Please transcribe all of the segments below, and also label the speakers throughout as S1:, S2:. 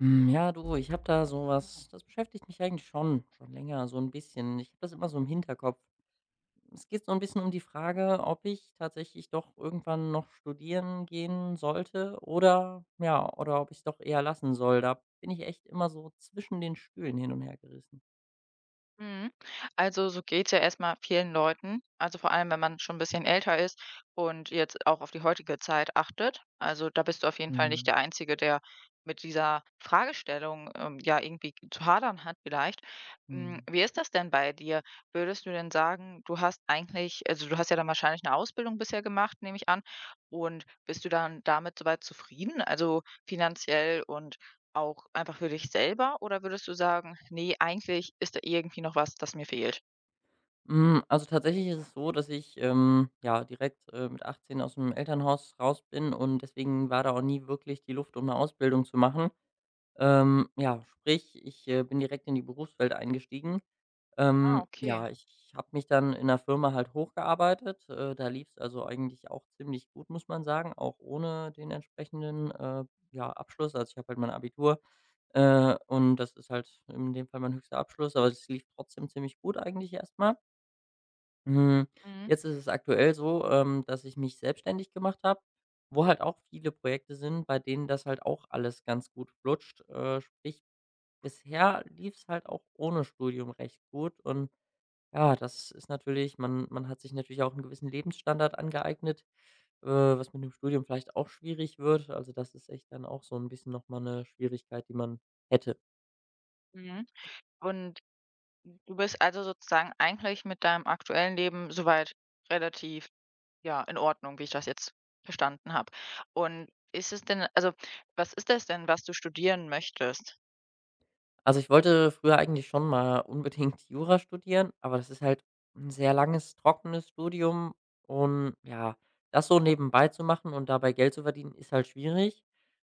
S1: Hm, ja, du, ich habe da so was das beschäftigt mich eigentlich schon länger so ein bisschen. Ich habe das immer so im Hinterkopf. Es geht so ein bisschen um die Frage, ob ich tatsächlich doch irgendwann noch studieren gehen sollte oder ja, oder ob ich es doch eher lassen soll. Da bin ich echt immer so zwischen den Stühlen hin und her gerissen.
S2: Mhm. Also, so geht's ja erstmal vielen Leuten. Also, vor allem, wenn man schon ein bisschen älter ist und jetzt auch auf die heutige Zeit achtet. Also, da bist du auf jeden Fall nicht
S1: Mhm,
S2: der Einzige, der mit dieser Fragestellung, ja, irgendwie zu hadern hat vielleicht. Hm,
S1: mhm.
S2: wie ist das denn bei dir? Würdest du denn sagen, du hast eigentlich also, du hast ja dann wahrscheinlich eine Ausbildung bisher gemacht, nehme ich an. Und bist du dann damit so weit zufrieden? Also, finanziell und auch einfach für dich selber oder würdest du sagen: „Nee, eigentlich ist da irgendwie noch was, das mir fehlt?“
S1: Hm, also tatsächlich ist es so, dass ich, ja, direkt, mit 18 dem Elternhaus raus bin und deswegen war da auch nie wirklich die Luft, um eine Ausbildung zu machen. Ja, sprich, ich, bin direkt in die Berufswelt eingestiegen.
S2: Ah, okay.
S1: Ja, ich habe mich dann in der Firma halt hochgearbeitet. Da lief es also eigentlich auch ziemlich gut, muss man sagen, auch ohne den entsprechenden, ja, Abschluss. Also, ich habe halt mein Abitur, und das ist halt in dem Fall mein höchster Abschluss, aber es lief trotzdem ziemlich gut eigentlich erstmal mal. Hm,
S2: Mhm,
S1: jetzt ist es aktuell so, dass ich mich selbstständig gemacht habe, wo halt auch viele Projekte sind, bei denen das halt auch alles ganz gut flutscht. Sprich, bisher lief's halt auch ohne Studium recht gut und ja, das ist natürlich man hat sich natürlich auch einen gewissen Lebensstandard angeeignet, äh, was mit dem Studium vielleicht auch schwierig wird. Also, das ist echt dann auch so ein bisschen noch mal 'ne Schwierigkeit, die man hätte.
S2: mhm. Und du bist also sozusagen eigentlich mit deinem aktuellen Leben soweit relativ, ja, in Ordnung, wie ich das jetzt verstanden habe. Und ist es denn also, was ist das denn, was du studieren möchtest?
S1: Also, ich wollte früher eigentlich schon mal unbedingt Jura studieren, aber das ist halt ein sehr langes, trockenes Studium und ja, das so nebenbei zu machen und dabei Geld zu verdienen, ist halt schwierig.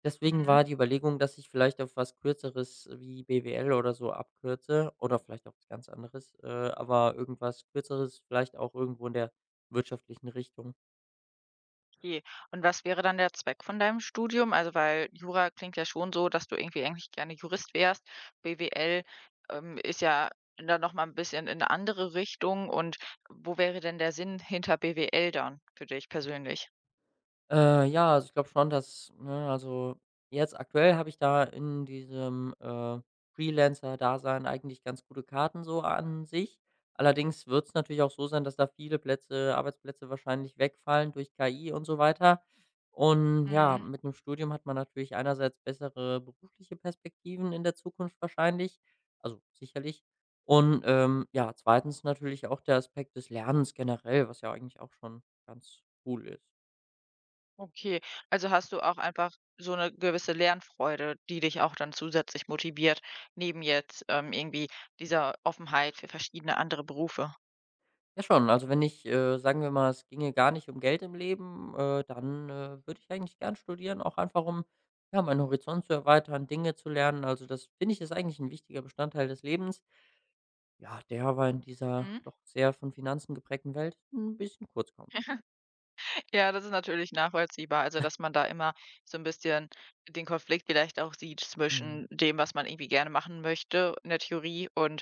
S1: Deswegen war die Überlegung, dass ich vielleicht auf was Kürzeres wie BWL oder so abkürze oder vielleicht auch was ganz anderes, aber irgendwas Kürzeres, vielleicht auch irgendwo in der wirtschaftlichen Richtung.
S2: Okay. Und was wäre dann der Zweck von deinem Studium? Also, weil Jura klingt ja schon so, dass du irgendwie eigentlich gerne Jurist wärst. BWL, ist ja dann noch mal 'n bisschen in 'ne andere Richtung. Und wo wäre denn der Sinn hinter BWL dann für dich persönlich?
S1: Ja, also ich glaube schon, dass ne, also jetzt aktuell habe ich da in diesem, Freelancer-Dasein eigentlich ganz gute Karten so an sich. Allerdings wird es natürlich auch so sein, dass da viele Plätze Arbeitsplätze wahrscheinlich wegfallen durch KI und so weiter. Und ja,
S2: Mhm.
S1: mit einem Studium hat man natürlich einerseits bessere berufliche Perspektiven in der Zukunft wahrscheinlich, also sicherlich. Und, ja, zweitens natürlich auch der Aspekt des Lernens generell, was ja eigentlich auch schon ganz cool ist.
S2: Okay. Also, hast du auch einfach so eine gewisse Lernfreude, die dich auch dann zusätzlich motiviert, neben jetzt, irgendwie dieser Offenheit für verschiedene andere Berufe?
S1: Ja schon, also wenn ich, sagen wir mal, es ginge gar nicht um Geld im Leben, dann, würde ich eigentlich gern studieren, auch einfach um, ja, meinen Horizont zu erweitern, Dinge zu lernen. Also das finde ich, ist eigentlich ein wichtiger Bestandteil des Lebens, ja, der war in dieser doch sehr von Finanzen geprägten Welt ein bisschen kurz kommt.
S2: Ja, das ist natürlich nachvollziehbar. Also, dass man da immer so ein bisschen den Konflikt vielleicht auch sieht
S1: Mhm.
S2: zwischen dem, was man irgendwie gerne machen möchte in der Theorie und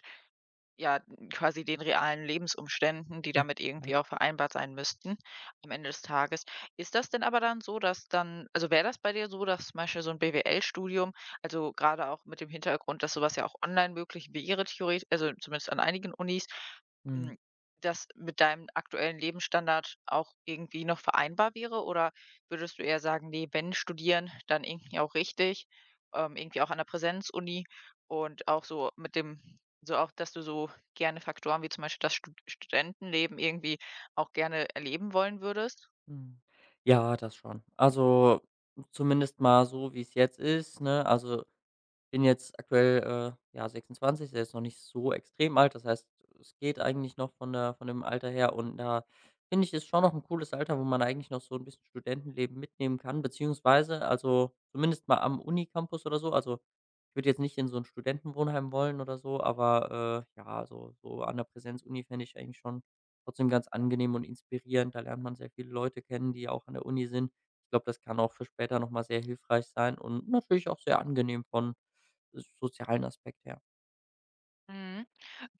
S2: ja, quasi den realen Lebensumständen, die damit
S1: Ja.
S2: irgendwie auch vereinbart sein müssten am Ende des Tages. Ist das denn aber dann so, dass dann also, wäre das bei dir so, dass zum Beispiel so 'n BWL-Studium also, gerade auch mit dem Hintergrund, dass sowas ja auch online möglich wäre, theoretisch, also zumindest an einigen Unis,
S1: Mhm.
S2: hm, das mit deinem aktuellen Lebensstandard auch irgendwie noch vereinbar wäre? Oder würdest du eher sagen: „Nee, wenn studieren, dann irgendwie auch richtig“, irgendwie auch an der Präsenzuni und auch so mit dem so auch, dass du so gerne Faktoren wie zum Beispiel das Studentenleben irgendwie auch gerne erleben wollen würdest?
S1: Mhm. Ja, das schon. Also, zumindest mal so, wie es jetzt ist, ne? Also bin jetzt aktuell, ja, 26, ist ja jetzt noch nicht so extrem alt. Das heißt, es geht eigentlich noch von der von dem Alter her und da finde ich, ist schon noch ein cooles Alter, wo man eigentlich noch so ein bisschen Studentenleben mitnehmen kann, beziehungsweise also, zumindest mal am Unicampus oder so. Also, ich würde jetzt nicht in so ein Studentenwohnheim wollen oder so, aber, ja, so an der Präsenzuni fände ich eigentlich schon trotzdem ganz angenehm und inspirierend. Da lernt man sehr viele Leute kennen, die auch an der Uni sind. Ich glaube, das kann auch für später noch mal sehr hilfreich sein und natürlich auch sehr angenehm von sozialen Aspekt her.
S2: Mhm.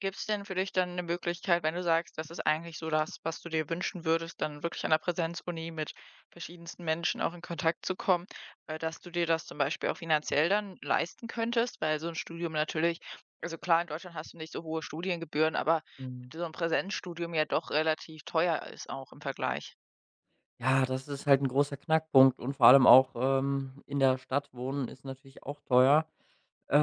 S2: Gibt es denn für dich dann eine Möglichkeit, wenn du sagst, das ist eigentlich so das, was du dir wünschen würdest, dann wirklich an der Präsenzuni mit verschiedensten Menschen auch in Kontakt zu kommen, dass du dir das zum Beispiel auch finanziell dann leisten könntest? Weil so ein Studium natürlich also klar, in Deutschland hast du nicht so hohe Studiengebühren, aber
S1: Mhm.
S2: so ein Präsenzstudium ja doch relativ teuer ist auch im Vergleich.
S1: Ja, das ist halt 'n großer Knackpunkt und vor allem auch, in der Stadt wohnen ist natürlich auch teuer.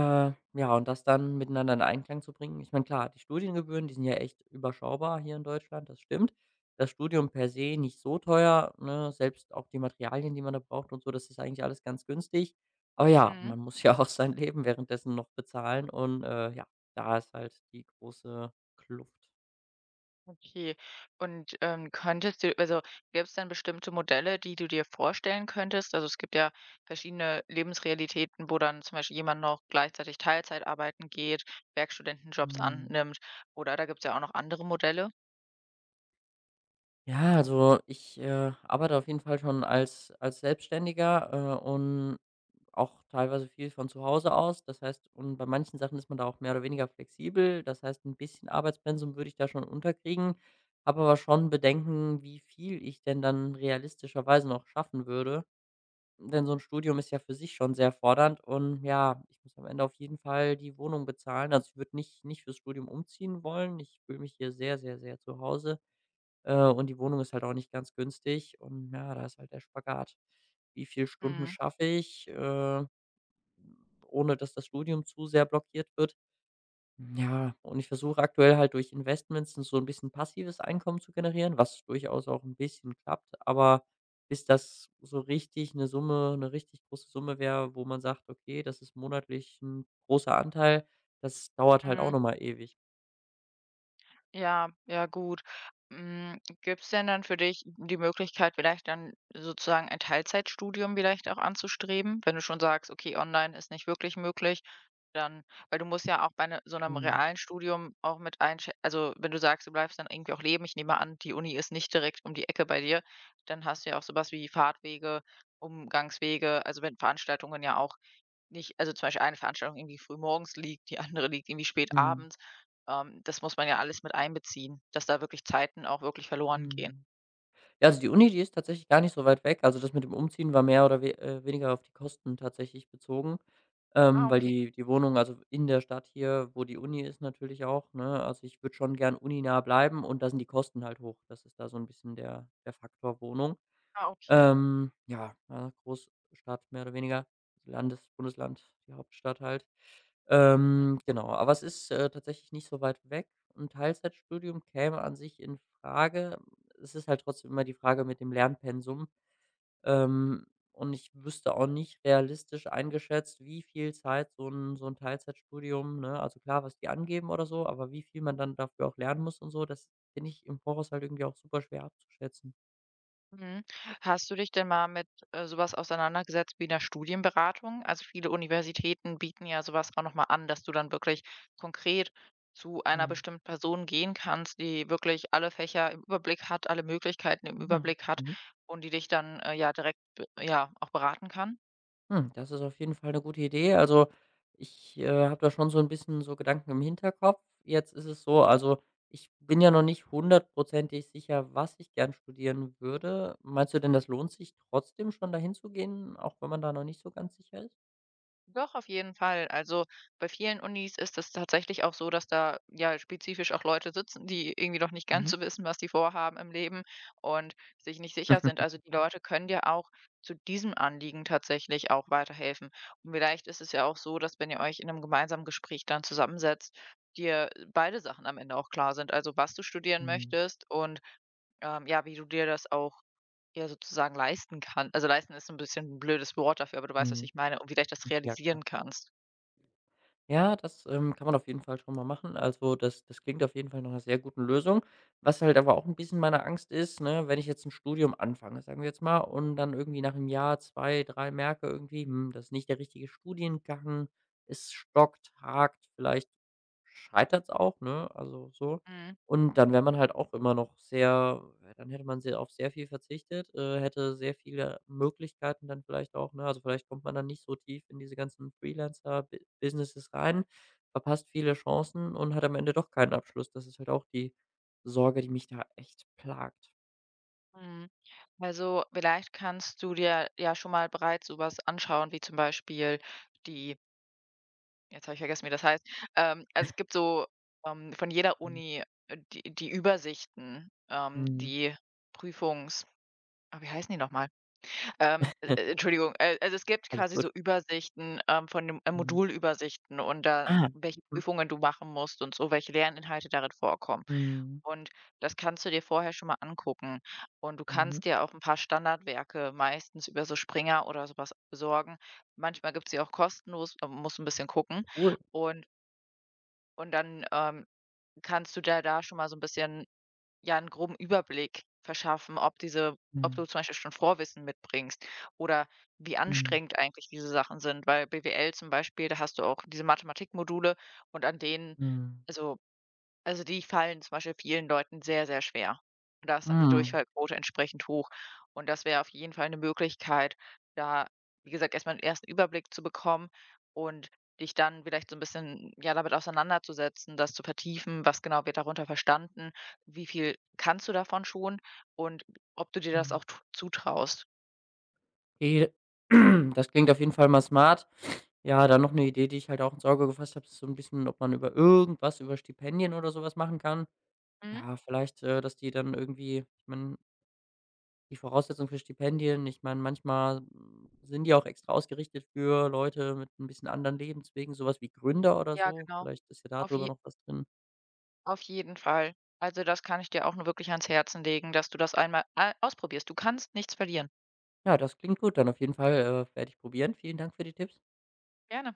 S1: Ja, und das dann miteinander in Einklang zu bringen ich meine, klar, die Studiengebühren, die sind ja echt überschaubar hier in Deutschland, das stimmt. Das Studium per se nicht so teuer, ne? Selbst auch die Materialien, die man da braucht und so, das ist eigentlich alles ganz günstig. Aber ja,
S2: Mhm.
S1: man muss ja auch sein Leben währenddessen noch bezahlen und, ja, da ist halt die große Kluft.
S2: Okay. Könntest du also, gäbe es dann bestimmte Modelle, die du dir vorstellen könntest? Also, es gibt ja verschiedene Lebensrealitäten, wo dann zum Beispiel jemand noch gleichzeitig Teilzeit arbeiten geht, Werkstudentenjobs
S1: Mhm.
S2: annimmt, oder da gibt es ja auch noch andere Modelle.
S1: Ja, also ich, arbeite auf jeden Fall schon als Selbstständiger, und auch teilweise viel von zu Hause aus. Das heißt und bei manchen Sachen ist man da auch mehr oder weniger flexibel. Das heißt, ein bisschen Arbeitspensum würde ich da schon unterkriegen, habe aber schon Bedenken, wie viel ich denn dann realistischerweise noch schaffen würde. Denn so ein Studium ist ja für sich schon sehr fordernd und ja, ich muss am Ende auf jeden Fall die Wohnung bezahlen. Also, ich würde nicht fürs Studium umziehen wollen. Ich fühle mich hier sehr, sehr, sehr zu Hause. Und die Wohnung ist halt auch nicht ganz günstig und ja, da ist halt der Spagat. Wie viele Stunden
S2: Mhm,
S1: schaffe ich, ohne dass das Studium zu sehr blockiert wird? Ja, und ich versuche aktuell halt durch Investments so ein bisschen passives Einkommen zu generieren, was durchaus auch ein bisschen klappt, aber bis das so richtig eine richtig große Summe wäre, wo man sagt: „Okay, das ist monatlich ein großer Anteil“, das dauert halt auch
S2: mhm.
S1: nochmal ewig.
S2: Ja, ja, gut. Gibt es denn dann für dich die Möglichkeit, vielleicht dann sozusagen ein Teilzeitstudium vielleicht auch anzustreben, wenn du schon sagst: „Okay, online ist nicht wirklich möglich?“ Dann weil du musst ja auch bei 'ne so einem
S1: Mhm.
S2: realen Studium auch mit einschä also, wenn du sagst, du bleibst dann irgendwie auch leben, ich nehme an, die Uni ist nicht direkt um die Ecke bei dir, dann hast du ja auch so was wie Fahrtwege, Umgangswege, also, wenn Veranstaltungen ja auch nicht also, zum Beispiel eine Veranstaltung irgendwie früh morgens liegt, die andere liegt irgendwie spät
S1: Mhm.
S2: abends. Das muss man ja alles mit einbeziehen, dass da wirklich Zeiten auch wirklich verloren gehen.
S1: Mhm. Ja, also die Uni, die ist tatsächlich gar nicht so weit weg. Also das mit dem Umziehen war mehr oder we weniger auf die Kosten tatsächlich bezogen,
S2: Ah,
S1: weil
S2: okay.
S1: die Wohnung, also in der Stadt hier, wo die Uni ist natürlich auch, ne? Also ich würde schon gern uninah bleiben und da sind die Kosten halt hoch. Das ist da so ein bisschen der Faktor Wohnung.
S2: Ah, okay.
S1: Ja, ja, Großstadt mehr oder weniger, Landes Bundesland, die Hauptstadt halt.
S2: Mhm.
S1: Genau, aber es ist, tatsächlich nicht so weit weg. 'N Teilzeitstudium käme an sich in Frage. Es ist halt trotzdem immer die Frage mit dem Lernpensum. Ähm, und ich wüsste auch nicht realistisch eingeschätzt, wie viel Zeit so ein Teilzeitstudium, ne also klar, was die angeben oder so, aber wie viel man dann dafür auch lernen muss und so, das finde ich im Voraus halt irgendwie auch super schwer abzuschätzen.
S2: Mhm. Hast du dich denn mal mit, so auseinandergesetzt wie 'ner Studienberatung? Also, viele Universitäten bieten ja sowas auch noch mal an, dass du dann wirklich konkret zu einer
S1: Mhm.
S2: bestimmten Person gehen kannst, die wirklich alle Fächer im Überblick hat, alle Möglichkeiten im
S1: Ja.
S2: Überblick hat
S1: Mhm.
S2: und die dich dann, ja, direkt, b ja, auch beraten kann?
S1: Hm, das ist auf jeden Fall eine gute Idee. Also, ich, habe da schon so ein bisschen so Gedanken im Hinterkopf. Jetzt ist es so, also, ich bin ja noch nicht hundertprozentig sicher, was ich gern studieren würde. Meinst du denn, das lohnt sich trotzdem schon, da hinzugehen, auch wenn man da noch nicht so ganz sicher ist?
S2: Doch, auf jeden Fall. Also bei vielen Unis ist es tatsächlich auch so, dass da ja spezifisch auch Leute sitzen, die irgendwie noch nicht ganz
S1: Mhm.
S2: so wissen, was sie vorhaben im Leben und sich nicht sicher sind. Also die Leute können dir auch zu diesem Anliegen tatsächlich auch weiterhelfen. Und vielleicht ist es ja auch so, dass wenn ihr euch in einem gemeinsamen Gespräch dann zusammensetzt, dir beide Sachen am Ende auch klar sind. Also was du studieren
S1: Mhm.
S2: möchtest und ja, wie du dir das auch ja, sozusagen leisten kann. Also, leisten ist ein bisschen ein blödes Wort dafür, aber du weißt, was
S1: Mhm.
S2: ich meine, und wie leicht das
S1: Ja, klar.
S2: realisieren kannst.
S1: Ja, das, kann man auf jeden Fall schon mal machen. Also, das klingt auf jeden Fall nach einer sehr guten Lösung. Was halt aber auch ein bisschen meine Angst ist, ne, wenn ich jetzt ein Studium anfange, sagen wir jetzt mal, und dann irgendwie nach 1 Jahr, 2 3 merke irgendwie: „Hm, das ist nicht der richtige Studiengang.“ Es stockt, hakt, vielleicht scheitert es auch, ne, also so.
S2: Mhm,
S1: Und dann wäre man halt auch immer noch sehr ja, dann hätte man sehr auf sehr viel verzichtet, hätte sehr viele Möglichkeiten dann vielleicht auch, ne? Also, vielleicht kommt man dann nicht so tief in diese ganzen freelancer Businesses rein, verpasst viele Chancen und hat am Ende doch keinen Abschluss. Das ist halt auch die Sorge, die mich da echt plagt.
S2: mhm. Also, vielleicht kannst du dir ja schon mal bereits so was anschauen, wie zum Beispiel die jetzt habe ich vergessen, wie das heißt. Also, es gibt so, von jeder
S1: Mhm.
S2: Uni, die die Übersichten,
S1: Mhm.
S2: die Prüfungs ah, wie heißen die noch mal? Entschuldigung, also es gibt
S1: Alles
S2: quasi
S1: gut.
S2: so Übersichten, von dem
S1: Mhm.
S2: Modulübersichten und dann,
S1: Ah.
S2: welche
S1: Mhm.
S2: Prüfungen du machen musst und so, welche Lerninhalte darin vorkommen.
S1: Mhm.
S2: Und das kannst du dir vorher schon mal angucken. Und du
S1: Mhm.
S2: kannst dir auch ein paar Standardwerke meistens über so Springer oder so was besorgen. Manchmal gibt's sie auch kostenlos, aber musst ein bisschen gucken.
S1: Cool.
S2: Und und dann, kannst du dir da schon mal so ein bisschen ja einen groben Überblick verschaffen, ob diese ob
S1: Mhm.
S2: du zum Beispiel schon Vorwissen mitbringst oder wie
S1: Mhm.
S2: anstrengend eigentlich diese Sachen sind. Weil BWL zum Beispiel, da hast du auch diese Mathematikmodule und an denen
S1: Mhm.
S2: also die fallen zum Beispiel vielen Leuten sehr, sehr schwer. Und da ist dann die
S1: Mhm.
S2: Durchfallquote entsprechend hoch. Und das wäre auf jeden Fall eine Möglichkeit, da, wie gesagt, erstmal einen ersten Überblick zu bekommen und dich dann vielleicht so ein bisschen, ja, damit auseinanderzusetzen, das zu vertiefen, was genau wird darunter verstanden, wie viel kannst du davon schon und ob du dir das
S1: Mhm.
S2: auch t zutraust.
S1: Okay, das klingt auf jeden Fall mal smart. Ja, dann noch eine Idee, die ich halt auch in Sorge gefasst habe, ist so ein bisschen, ob man über irgendwas über Stipendien oder sowas machen kann.
S2: Mhm.
S1: Ja, vielleicht, dass die dann irgendwie ich meine, die Voraussetzungen für Stipendien ich meine, manchmal, hm, sind die auch extra ausgerichtet für Leute mit ein bisschen anderen Lebenswegen, sowas wie Gründer oder
S2: Ja,
S1: so.
S2: genau.
S1: Vielleicht ist ja da
S2: Auf
S1: drüber
S2: je
S1: noch was drin.
S2: auf jeden Fall. Also, das kann ich dir auch nur wirklich ans Herzen legen, dass du das einmal a ausprobierst. Du kannst nichts verlieren.
S1: Ja, das klingt gut. Dann auf jeden Fall, werde ich probieren. Vielen Dank für die Tipps.
S2: Gerne.